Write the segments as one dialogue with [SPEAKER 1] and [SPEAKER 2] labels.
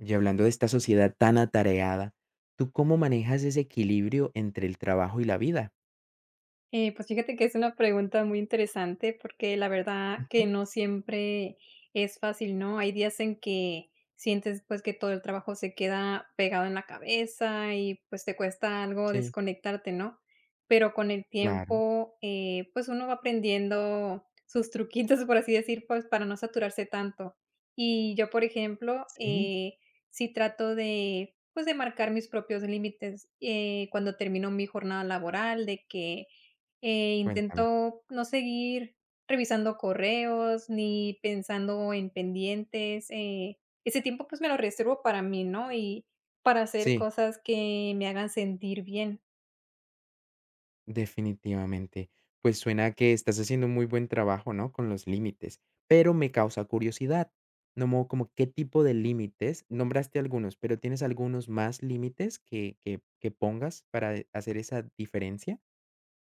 [SPEAKER 1] Y hablando de esta sociedad tan atareada, ¿tú cómo manejas ese equilibrio entre el trabajo y la vida?
[SPEAKER 2] Pues fíjate que es una pregunta muy interesante porque la verdad que
[SPEAKER 1] Ujú.
[SPEAKER 2] no siempre es fácil, ¿no? Hay días en que sientes pues que todo el trabajo se queda pegado en la cabeza y pues te cuesta algo
[SPEAKER 1] Sí.
[SPEAKER 2] desconectarte, ¿no? Pero con el
[SPEAKER 1] Claro,
[SPEAKER 2] tiempo pues uno va aprendiendo sus truquitos, por así decir, pues para no saturarse tanto. Y yo, por ejemplo,
[SPEAKER 1] sí,
[SPEAKER 2] sí trato de pues de marcar mis propios límites cuando termino mi jornada laboral, de que
[SPEAKER 1] cuéntame.
[SPEAKER 2] intento no seguir revisando correos ni pensando en pendientes. Ese tiempo pues me lo reservo para mí, ¿no? Y para hacer
[SPEAKER 1] Sí,
[SPEAKER 2] cosas que me hagan sentir bien.
[SPEAKER 1] definitivamente. Pues suena que estás haciendo un muy buen trabajo, ¿no? Con los límites, pero me causa curiosidad. No, como qué tipo de límites, nombraste algunos, pero ¿tienes algunos más límites que pongas para hacer esa diferencia?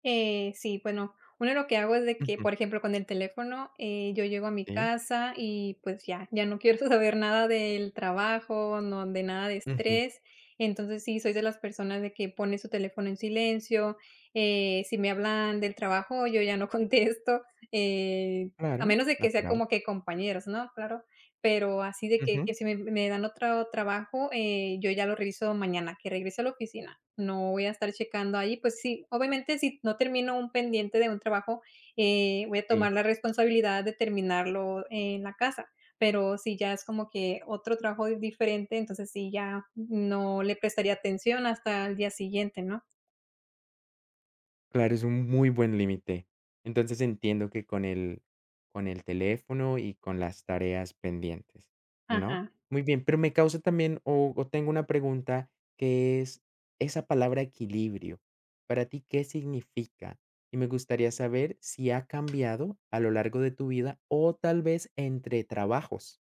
[SPEAKER 2] Sí, bueno, uno lo que hago es de que,
[SPEAKER 1] Ujú.
[SPEAKER 2] por ejemplo, con el teléfono, yo llego a mi
[SPEAKER 1] Sí,
[SPEAKER 2] casa y pues ya no quiero saber nada del trabajo, no de nada de
[SPEAKER 1] ujú,
[SPEAKER 2] estrés. Entonces sí, soy de las personas de que pone su teléfono en silencio. Si me hablan del trabajo, yo ya no contesto, a
[SPEAKER 1] claro,
[SPEAKER 2] menos de que sea
[SPEAKER 1] natural.
[SPEAKER 2] como que compañeros, ¿no? Claro. Pero así de que
[SPEAKER 1] Ujú,
[SPEAKER 2] que si me dan otro trabajo, yo ya lo reviso mañana, que regrese a la oficina. No voy a estar checando ahí, pues sí, obviamente, si no termino un pendiente de un trabajo, voy a
[SPEAKER 1] sí.
[SPEAKER 2] tomar la responsabilidad de terminarlo en la casa, pero si ya es como que otro trabajo diferente, entonces sí, ya no le prestaría atención hasta el día siguiente, ¿no?
[SPEAKER 1] Claro, es un muy buen límite. Entonces entiendo que con el teléfono y con las tareas pendientes, ¿no?
[SPEAKER 2] Ajá.
[SPEAKER 1] Muy bien, pero me causa también, o tengo una pregunta que es esa palabra equilibrio. Para ti, ¿qué significa? Y me gustaría saber si ha cambiado a lo largo de tu vida o tal vez entre trabajos.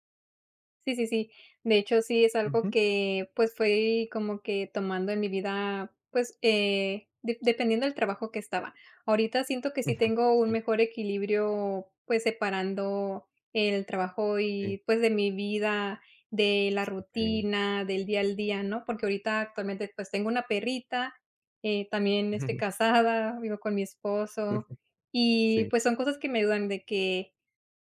[SPEAKER 2] Sí, sí, sí. De hecho, sí es algo
[SPEAKER 1] Ujú.
[SPEAKER 2] que, pues, fue como que tomando en mi vida, pues, de dependiendo del trabajo que estaba. Ahorita siento que sí
[SPEAKER 1] Ujú.
[SPEAKER 2] tengo un
[SPEAKER 1] Sí,
[SPEAKER 2] mejor equilibrio, pues, separando el trabajo
[SPEAKER 1] sí,
[SPEAKER 2] y, pues, de mi vida, de la
[SPEAKER 1] súper bien.
[SPEAKER 2] rutina, del día al día, ¿no? Porque ahorita actualmente, pues, tengo una perrita, también estoy casada, vivo con mi esposo y,
[SPEAKER 1] Sí,
[SPEAKER 2] pues, son cosas que me ayudan de que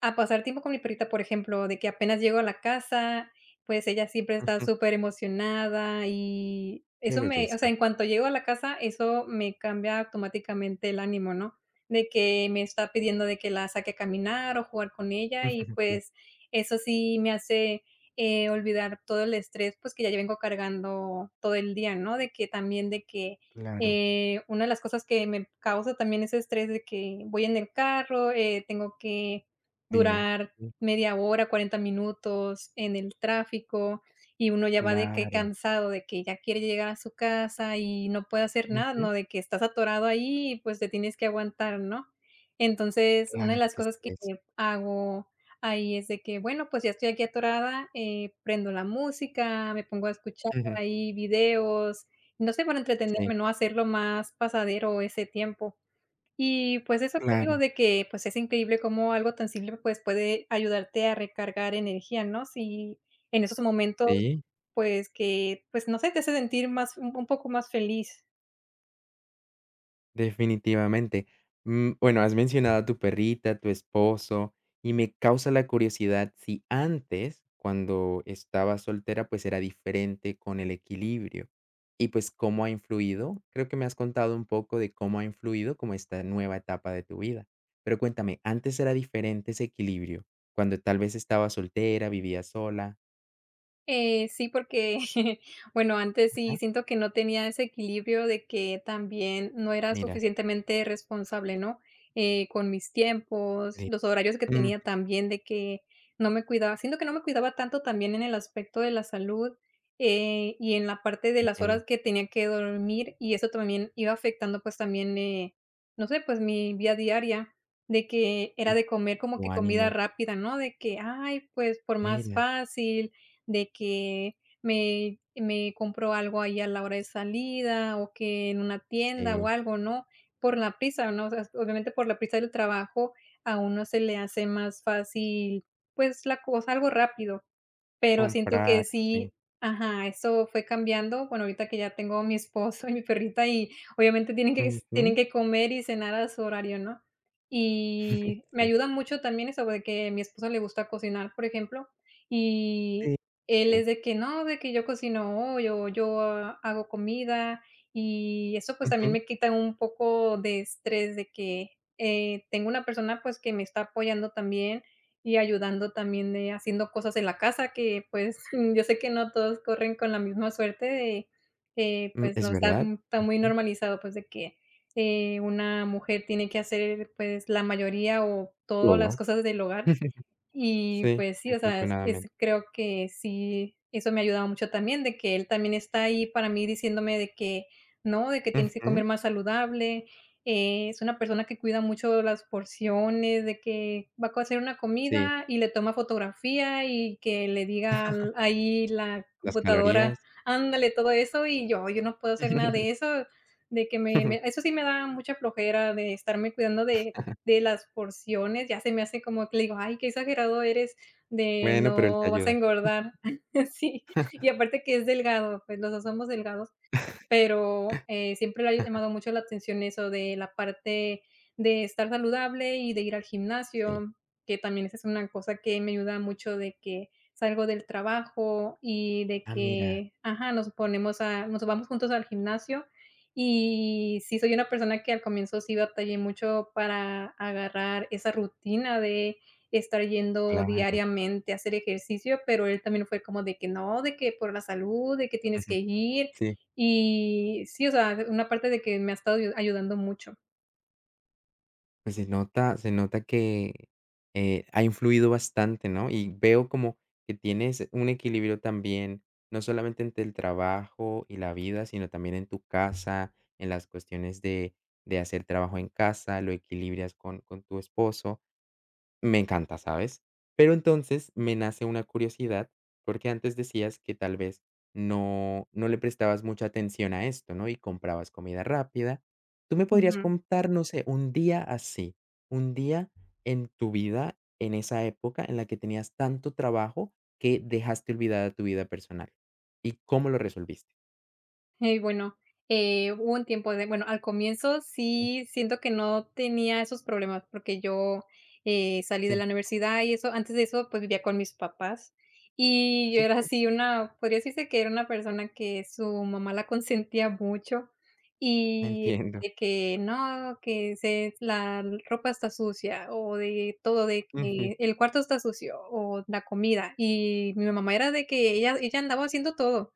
[SPEAKER 2] a pasar tiempo con mi perrita, por ejemplo, de que apenas llego a la casa, pues, ella siempre está
[SPEAKER 1] ujú,
[SPEAKER 2] súper emocionada y
[SPEAKER 1] qué
[SPEAKER 2] eso me o
[SPEAKER 1] belleza.
[SPEAKER 2] sea, en cuanto llego a la casa, eso me cambia automáticamente el ánimo, ¿no? De que me está pidiendo de que la saque a caminar o jugar con ella y,
[SPEAKER 1] Sí,
[SPEAKER 2] pues, eso sí me hace, olvidar todo el estrés, pues, que ya yo vengo cargando todo el día, ¿no? De que también de que,
[SPEAKER 1] claro,
[SPEAKER 2] una de las cosas que me causa también ese estrés de que voy en el carro, tengo que
[SPEAKER 1] dime.
[SPEAKER 2] durar media hora, 40 minutos en el tráfico, y uno ya va de que
[SPEAKER 1] Claro,
[SPEAKER 2] cansado, de que ya quiere llegar a su casa y no puede hacer nada,
[SPEAKER 1] ujú,
[SPEAKER 2] ¿no? De que estás atorado ahí y, pues, te tienes que aguantar, ¿no? Entonces, una de
[SPEAKER 1] claro,
[SPEAKER 2] las
[SPEAKER 1] qué
[SPEAKER 2] cosas que
[SPEAKER 1] estrés.
[SPEAKER 2] hago ahí es de que, bueno, pues, ya estoy aquí atorada, prendo la música, me pongo a escuchar
[SPEAKER 1] Ujú,
[SPEAKER 2] ahí videos, no sé, para entretenerme,
[SPEAKER 1] sí.
[SPEAKER 2] ¿no? Hacerlo más pasadero ese tiempo. Y, pues, eso te digo
[SPEAKER 1] Claro.
[SPEAKER 2] de que, pues, es increíble cómo algo tan simple, pues, puede ayudarte a recargar energía, ¿no? Si en esos momentos,
[SPEAKER 1] Sí,
[SPEAKER 2] pues, que, pues, no sé, te hace sentir más un poco más feliz.
[SPEAKER 1] definitivamente. Bueno, has mencionado a tu perrita, tu esposo, y me causa la curiosidad si antes, cuando estabas soltera, pues era diferente con el equilibrio. Y pues, ¿cómo ha influido? Creo que me has contado un poco de cómo ha influido como esta nueva etapa de tu vida. Pero cuéntame, ¿antes era diferente ese equilibrio? Cuando tal vez estabas soltera, vivías sola.
[SPEAKER 2] Sí, porque, bueno, antes sí
[SPEAKER 1] Ajá.
[SPEAKER 2] siento que no tenía ese equilibrio de que también no era
[SPEAKER 1] Mira,
[SPEAKER 2] suficientemente responsable, ¿no? Con mis tiempos,
[SPEAKER 1] di.
[SPEAKER 2] los horarios que tenía también de que no me cuidaba, siento que no me cuidaba tanto también en el aspecto de la salud y en la parte de las horas
[SPEAKER 1] Entiendo.
[SPEAKER 2] que tenía que dormir y eso también iba afectando pues también, no sé, pues mi vida diaria de que era
[SPEAKER 1] Y
[SPEAKER 2] de comer como que
[SPEAKER 1] tu
[SPEAKER 2] comida
[SPEAKER 1] ánimo,
[SPEAKER 2] rápida, ¿no? De que, ay, pues por más
[SPEAKER 1] mira,
[SPEAKER 2] fácil de que me compró algo ahí a la hora de salida, o que en una tienda o
[SPEAKER 1] sí,
[SPEAKER 2] algo, ¿no? Por la prisa, ¿no? O sea, obviamente por la prisa del trabajo a uno se le hace más fácil, pues, la cosa algo rápido. Pero siento
[SPEAKER 1] comprar,
[SPEAKER 2] que
[SPEAKER 1] sí,
[SPEAKER 2] sí ajá, eso fue cambiando. Bueno, ahorita que ya tengo a mi esposo y mi perrita, y obviamente tienen que
[SPEAKER 1] ujú,
[SPEAKER 2] tienen que comer y cenar a su horario, ¿no? Y me
[SPEAKER 1] sí,
[SPEAKER 2] ayuda mucho también eso de que a mi esposo le gusta cocinar, por ejemplo,
[SPEAKER 1] sí,
[SPEAKER 2] y
[SPEAKER 1] muy
[SPEAKER 2] él
[SPEAKER 1] bien,
[SPEAKER 2] es de que no, de que yo cocino hoy, o yo hago comida, y eso, pues, también
[SPEAKER 1] ujú,
[SPEAKER 2] me quita un poco de estrés de que, tengo una persona, pues, que me está apoyando también y ayudando también de haciendo cosas en la casa que, pues, yo sé que no todos corren con la misma suerte de que,
[SPEAKER 1] mm,
[SPEAKER 2] pues, no
[SPEAKER 1] es
[SPEAKER 2] está
[SPEAKER 1] verdad,
[SPEAKER 2] m está muy
[SPEAKER 1] ujú,
[SPEAKER 2] normalizado, pues, de que, una mujer tiene que hacer, pues, la mayoría o todas las
[SPEAKER 1] todo,
[SPEAKER 2] cosas del hogar. Y
[SPEAKER 1] sí,
[SPEAKER 2] pues sí, o sea, es
[SPEAKER 1] afortunadamente,
[SPEAKER 2] creo que sí, eso me ha ayudado mucho también, de que él también está ahí para mí diciéndome de que no, de que tienes que
[SPEAKER 1] ujú,
[SPEAKER 2] comer más saludable. Es una persona que cuida mucho las porciones, de que va a hacer una
[SPEAKER 1] sí,
[SPEAKER 2] comida y le toma fotografía y que le diga al ahí la
[SPEAKER 1] las calorías,
[SPEAKER 2] computadora: "Ándale", todo eso, y yo no puedo hacer nada de eso, de que me me eso sí me da mucha flojera de estarme cuidando de las porciones, ya se me hace como que le digo: "Ay, qué exagerado eres de
[SPEAKER 1] bueno, pero él te
[SPEAKER 2] no vas a
[SPEAKER 1] ayuda,
[SPEAKER 2] engordar". Sí, y aparte que es delgado, pues los 2 somos delgados, pero, siempre le ha llamado mucho la atención eso de la parte de estar saludable y de ir al
[SPEAKER 1] sí,
[SPEAKER 2] gimnasio, que también esa es una cosa que me ayuda mucho de que salgo del trabajo y de
[SPEAKER 1] ah, mira,
[SPEAKER 2] que, ajá, nos ponemos a nos vamos juntos al gimnasio. Y sí soy una persona que al comienzo sí batallé mucho para agarrar esa rutina de estar yendo
[SPEAKER 1] claro,
[SPEAKER 2] diariamente a hacer ejercicio, pero él también fue como de que no, de que por la salud, de que tienes
[SPEAKER 1] ujú,
[SPEAKER 2] que ir,
[SPEAKER 1] sí.
[SPEAKER 2] y sí, o sea, una parte de que me ha estado ayudando mucho.
[SPEAKER 1] Pues se nota que, ha influido bastante, ¿no? Y veo como que tienes un equilibrio también, no solamente entre el trabajo y la vida, sino también en tu casa, en las cuestiones de hacer trabajo en casa, lo equilibrias con tu esposo. Me encanta, ¿sabes? Pero entonces me nace una curiosidad, porque antes decías que tal vez no le prestabas mucha atención a esto, ¿no? Y comprabas comida rápida. ¿Tú me podrías
[SPEAKER 2] Ujú.
[SPEAKER 1] contar, no sé, un día así, un día en tu vida, en esa época en la que tenías tanto trabajo que dejaste olvidada tu vida personal? ¿Y cómo lo resolviste?
[SPEAKER 2] Bueno, hubo un tiempo de bueno, al comienzo
[SPEAKER 1] Sí,
[SPEAKER 2] sí siento que no tenía esos problemas, porque yo, salí de la
[SPEAKER 1] sí,
[SPEAKER 2] universidad y eso. Antes de eso, pues, vivía con mis papás, y yo
[SPEAKER 1] sí,
[SPEAKER 2] era
[SPEAKER 1] sí,
[SPEAKER 2] así una podría decirse que era una persona que su mamá la consentía mucho, y
[SPEAKER 1] entiendo.
[SPEAKER 2] de que no, que se la ropa está sucia, o de todo, de
[SPEAKER 1] Ujú,
[SPEAKER 2] que el cuarto está sucio, o la comida. Y mi mamá era de que ella andaba haciendo todo.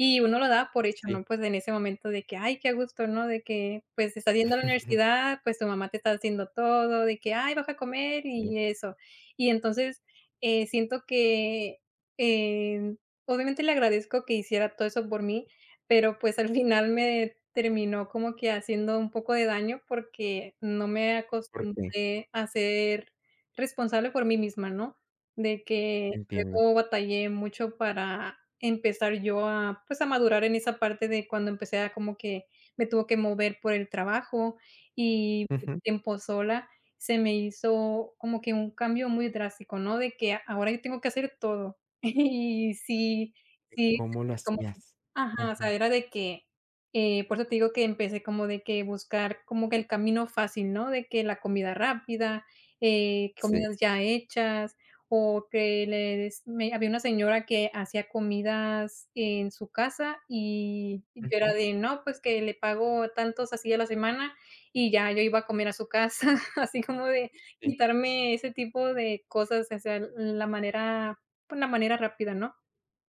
[SPEAKER 2] Y uno lo da por hecho,
[SPEAKER 1] sí.
[SPEAKER 2] ¿no? Pues, en ese momento de que, ay, qué a gusto, ¿no? De que, pues, estás yendo a la universidad, pues, tu mamá te está haciendo todo, de que: "Ay, baja a comer",
[SPEAKER 1] Sí,
[SPEAKER 2] y eso. Y entonces, siento que, eh, obviamente le agradezco que hiciera todo eso por mí, pero, pues, al final me terminó como que haciendo un poco de daño, porque no me
[SPEAKER 1] ¿por qué?
[SPEAKER 2] acostumbré a ser responsable por mí misma, ¿no? De que
[SPEAKER 1] Entiendo.
[SPEAKER 2] luego batallé mucho para empezar yo a, pues, a madurar en esa parte de cuando empecé a como que me tuvo que mover por el trabajo y
[SPEAKER 1] Ujú.
[SPEAKER 2] tiempo sola, se me hizo como que un cambio muy drástico, ¿no? De que ahora yo tengo que hacer todo. Y sí, sí,
[SPEAKER 1] ¿Cómo lo hacías?
[SPEAKER 2] ajá, o sea,
[SPEAKER 1] Ajá.
[SPEAKER 2] era de que, por eso te digo que empecé como de que buscar como que el camino fácil, ¿no? De que la comida rápida,
[SPEAKER 1] Sí.
[SPEAKER 2] comidas ya hechas, o que les me había una señora que hacía comidas en su casa y yo era
[SPEAKER 1] Ujú,
[SPEAKER 2] de: "No, pues que le pago tantos así a la semana", y ya yo iba a comer a su casa, así como de
[SPEAKER 1] sí.
[SPEAKER 2] quitarme ese tipo de cosas, o sea, la manera, pues, la manera rápida, ¿no?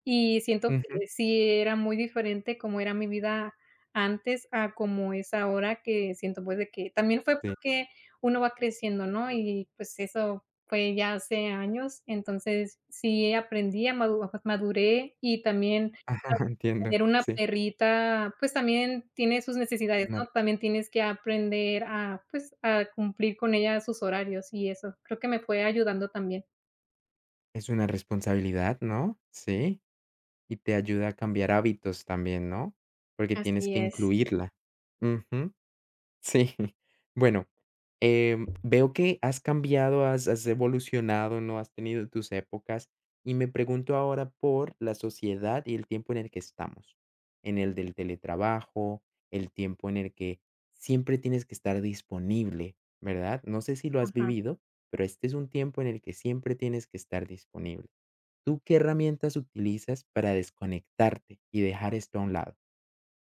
[SPEAKER 2] Y siento
[SPEAKER 1] Ujú,
[SPEAKER 2] que sí era muy diferente como era mi vida antes a como es ahora, que siento, pues, de que también fue
[SPEAKER 1] sí.
[SPEAKER 2] porque uno va creciendo, ¿no? Y, pues, eso fue ya hace años. Entonces, sí aprendí a maduré y también al
[SPEAKER 1] Ajá, entiendo,
[SPEAKER 2] tener una
[SPEAKER 1] sí.
[SPEAKER 2] perrita, pues, también tiene sus necesidades,
[SPEAKER 1] Una
[SPEAKER 2] ¿no? También tienes que aprender a, pues, a cumplir con ella sus horarios y eso. Creo que me fue ayudando también.
[SPEAKER 1] es una responsabilidad, ¿no? Sí, y te ayuda a cambiar hábitos también, ¿no? Porque tienes
[SPEAKER 2] Así
[SPEAKER 1] que
[SPEAKER 2] es.
[SPEAKER 1] incluirla. Ujú. Sí, bueno, veo que has cambiado, has evolucionado, ¿no? Has tenido tus épocas, y me pregunto ahora por la sociedad y el tiempo en el que estamos, en el del teletrabajo, el tiempo en el que siempre tienes que estar disponible, ¿verdad? No sé si lo has
[SPEAKER 2] Ajá.
[SPEAKER 1] vivido, pero este es un tiempo en el que siempre tienes que estar disponible. ¿Tú qué herramientas utilizas para desconectarte y dejar esto a un lado?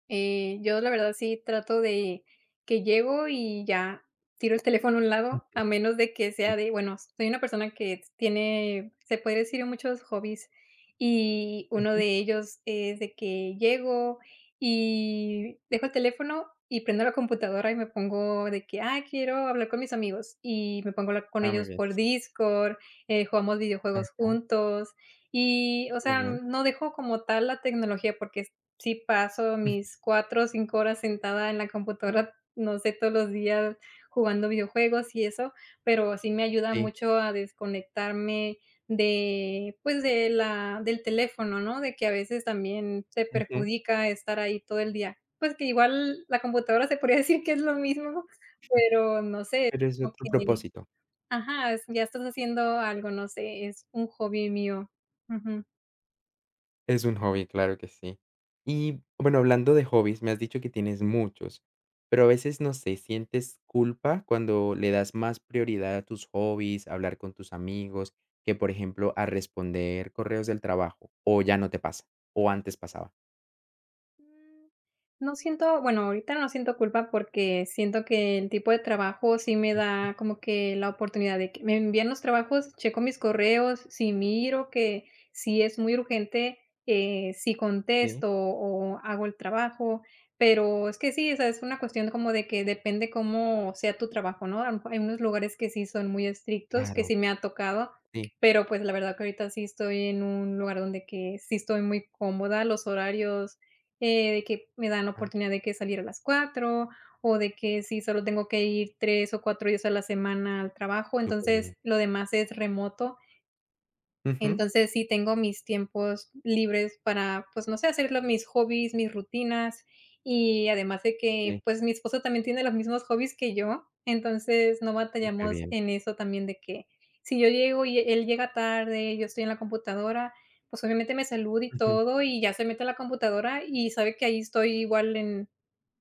[SPEAKER 2] Yo la verdad sí trato de que llego y ya tiro el teléfono a un lado,
[SPEAKER 1] Mm,
[SPEAKER 2] a menos de que sea
[SPEAKER 1] sí.
[SPEAKER 2] de, bueno, soy una persona que tiene, se puede decir, muchos hobbies y uno
[SPEAKER 1] Ujú.
[SPEAKER 2] de ellos es de que llego y dejo el teléfono y prendo la computadora y me pongo de que, quiero hablar con mis amigos y me pongo a hablar con
[SPEAKER 1] Ah, muy
[SPEAKER 2] ellos
[SPEAKER 1] bien,
[SPEAKER 2] por
[SPEAKER 1] sí.
[SPEAKER 2] Discord, jugamos videojuegos
[SPEAKER 1] Ajá,
[SPEAKER 2] juntos. Y, o
[SPEAKER 1] muy
[SPEAKER 2] sea,
[SPEAKER 1] bien.
[SPEAKER 2] no dejo como tal la tecnología porque sí paso mis 4 o 5 horas sentada en la computadora, no sé, todos los días jugando videojuegos y eso, pero sí me ayuda
[SPEAKER 1] Sí,
[SPEAKER 2] mucho a desconectarme de, pues, de la del teléfono, ¿no? De que a veces también te
[SPEAKER 1] ujú,
[SPEAKER 2] perjudica estar ahí todo el día. Pues, que igual la computadora se podría decir que es lo mismo, pero no sé,
[SPEAKER 1] pero es
[SPEAKER 2] como
[SPEAKER 1] otro
[SPEAKER 2] que
[SPEAKER 1] propósito.
[SPEAKER 2] ajá, es ya estás haciendo algo, no sé, es un hobby mío. Ujú.
[SPEAKER 1] Es un hobby, claro que sí. Y bueno, hablando de hobbies, me has dicho que tienes muchos, pero a veces, no sé, ¿sientes culpa cuando le das más prioridad a tus hobbies, a hablar con tus amigos, que, por ejemplo, a responder correos del trabajo? ¿O ya no te pasa? ¿O antes pasaba?
[SPEAKER 2] Mm, no siento, bueno, ahorita no siento culpa porque siento que el tipo de trabajo sí me
[SPEAKER 1] Eh,
[SPEAKER 2] da como que la oportunidad de que me envían los trabajos, checo mis correos, si miro que si es muy urgente, sí
[SPEAKER 1] sí,
[SPEAKER 2] contesto o hago el trabajo, pero es que sí, o sea, es una cuestión como de que depende cómo sea tu trabajo, ¿no? A lo mejor hay unos lugares que sí son muy estrictos, que
[SPEAKER 1] claro,
[SPEAKER 2] sí me ha tocado,
[SPEAKER 1] sí,
[SPEAKER 2] pero pues la verdad que ahorita sí estoy en un lugar donde que sí estoy muy cómoda, los horarios de que me dan la
[SPEAKER 1] ajá,
[SPEAKER 2] oportunidad de que salir a las 4 o de que si solo tengo que ir 3 o 4 días a la semana al trabajo,
[SPEAKER 1] súper
[SPEAKER 2] entonces
[SPEAKER 1] bien.
[SPEAKER 2] lo demás es remoto.
[SPEAKER 1] Ujú,
[SPEAKER 2] Entonces, sí tengo mis tiempos libres para, pues, no sé, hacerlo mis hobbies, mis rutinas, y además de que,
[SPEAKER 1] sí,
[SPEAKER 2] pues, mi esposo también tiene los mismos hobbies que yo, entonces no
[SPEAKER 1] súper
[SPEAKER 2] batallamos
[SPEAKER 1] bien.
[SPEAKER 2] en eso también de que si yo llego y él llega tarde, yo estoy en la computadora, pues, obviamente me saluda y
[SPEAKER 1] Ujú,
[SPEAKER 2] todo, y ya se mete a la computadora y sabe que ahí estoy igual en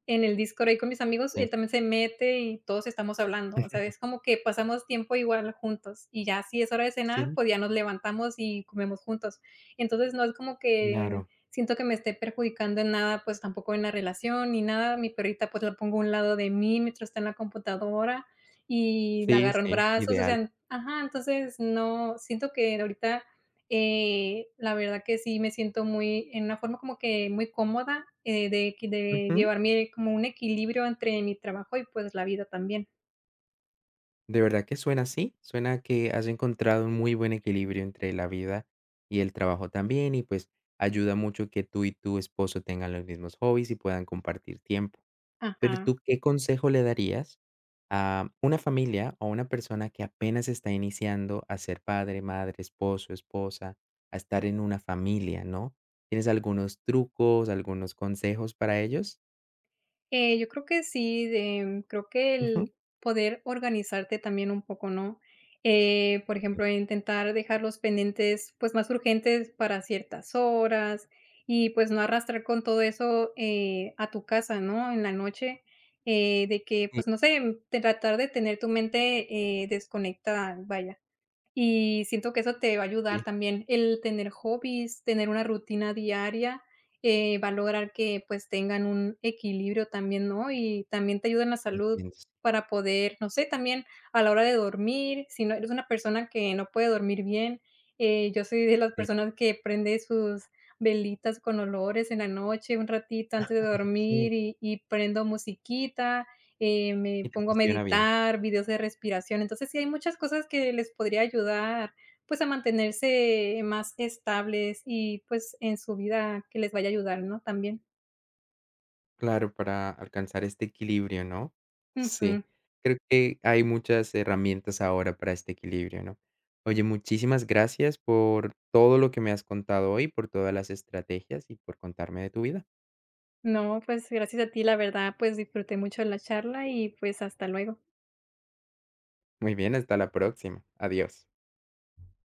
[SPEAKER 2] en el Discord ahí con mis amigos,
[SPEAKER 1] sí,
[SPEAKER 2] él también se mete y todos estamos hablando, o sea, es como que pasamos tiempo igual juntos y ya si es hora de cenar,
[SPEAKER 1] sí,
[SPEAKER 2] pues ya nos levantamos y comemos juntos. Entonces, no es como que
[SPEAKER 1] claro.
[SPEAKER 2] siento que me esté perjudicando en nada, pues tampoco en la relación ni nada. Mi perrita, pues la pongo a un lado de mí mientras está en la computadora y la
[SPEAKER 1] Sí,
[SPEAKER 2] agarro en
[SPEAKER 1] sí,
[SPEAKER 2] brazos, o
[SPEAKER 1] ideal.
[SPEAKER 2] sea, ajá, entonces no, siento que ahorita la verdad que sí me siento muy en una forma como que muy cómoda, de que de
[SPEAKER 1] Ujú.
[SPEAKER 2] llevar como un equilibrio entre mi trabajo y, pues, la vida también.
[SPEAKER 1] De verdad que suena así, suena que has encontrado un muy buen equilibrio entre la vida y el trabajo también y pues ayuda mucho que tú y tu esposo tengan los mismos hobbies y puedan compartir tiempo. Pero
[SPEAKER 2] Ajá.
[SPEAKER 1] tú, ¿qué consejo le darías a una familia o a una persona que apenas está iniciando a ser padre, madre, esposo, esposa, a estar en una familia, ¿no? ¿Tienes algunos trucos, algunos consejos para ellos?
[SPEAKER 2] Yo creo que sí, de, creo que
[SPEAKER 1] Ujú.
[SPEAKER 2] el poder organizarte también un poco, ¿no? Por
[SPEAKER 1] Sí,
[SPEAKER 2] ejemplo, intentar dejar los pendientes, pues, más urgentes para ciertas horas y, pues, no arrastrar con todo eso, a tu casa, ¿no? En la noche, de que, pues, no sé, tratar de tener tu mente, desconectada, vaya. Y siento que eso te va a ayudar
[SPEAKER 1] sí,
[SPEAKER 2] también el tener hobbies, tener una rutina diaria, va a lograr que, pues, tengan un equilibrio también, ¿no? Y también te ayuda en la salud
[SPEAKER 1] entiendo.
[SPEAKER 2] para poder, no sé, también a la hora de dormir, si no eres una persona que no puede dormir bien, yo soy de las
[SPEAKER 1] Sí,
[SPEAKER 2] personas que prende sus velitas con olores en la noche un ratito antes de
[SPEAKER 1] sí,
[SPEAKER 2] dormir y prendo musiquita me
[SPEAKER 1] y te
[SPEAKER 2] pongo a
[SPEAKER 1] funciona bien.
[SPEAKER 2] meditar, videos de respiración. Entonces, sí hay muchas cosas que les podría ayudar, pues, a mantenerse más estables y, pues, en su vida que les vaya a ayudar, ¿no? También.
[SPEAKER 1] Claro, para alcanzar este equilibrio, ¿no? Sí,
[SPEAKER 2] Ujú.
[SPEAKER 1] creo que hay muchas herramientas ahora para este equilibrio, ¿no? Oye, muchísimas gracias por todo lo que me has contado hoy, por todas las estrategias y por contarme de tu vida.
[SPEAKER 2] No, pues, gracias a ti, la verdad, pues, disfruté mucho de la charla y, pues, hasta luego.
[SPEAKER 1] Muy bien, hasta la próxima. Adiós.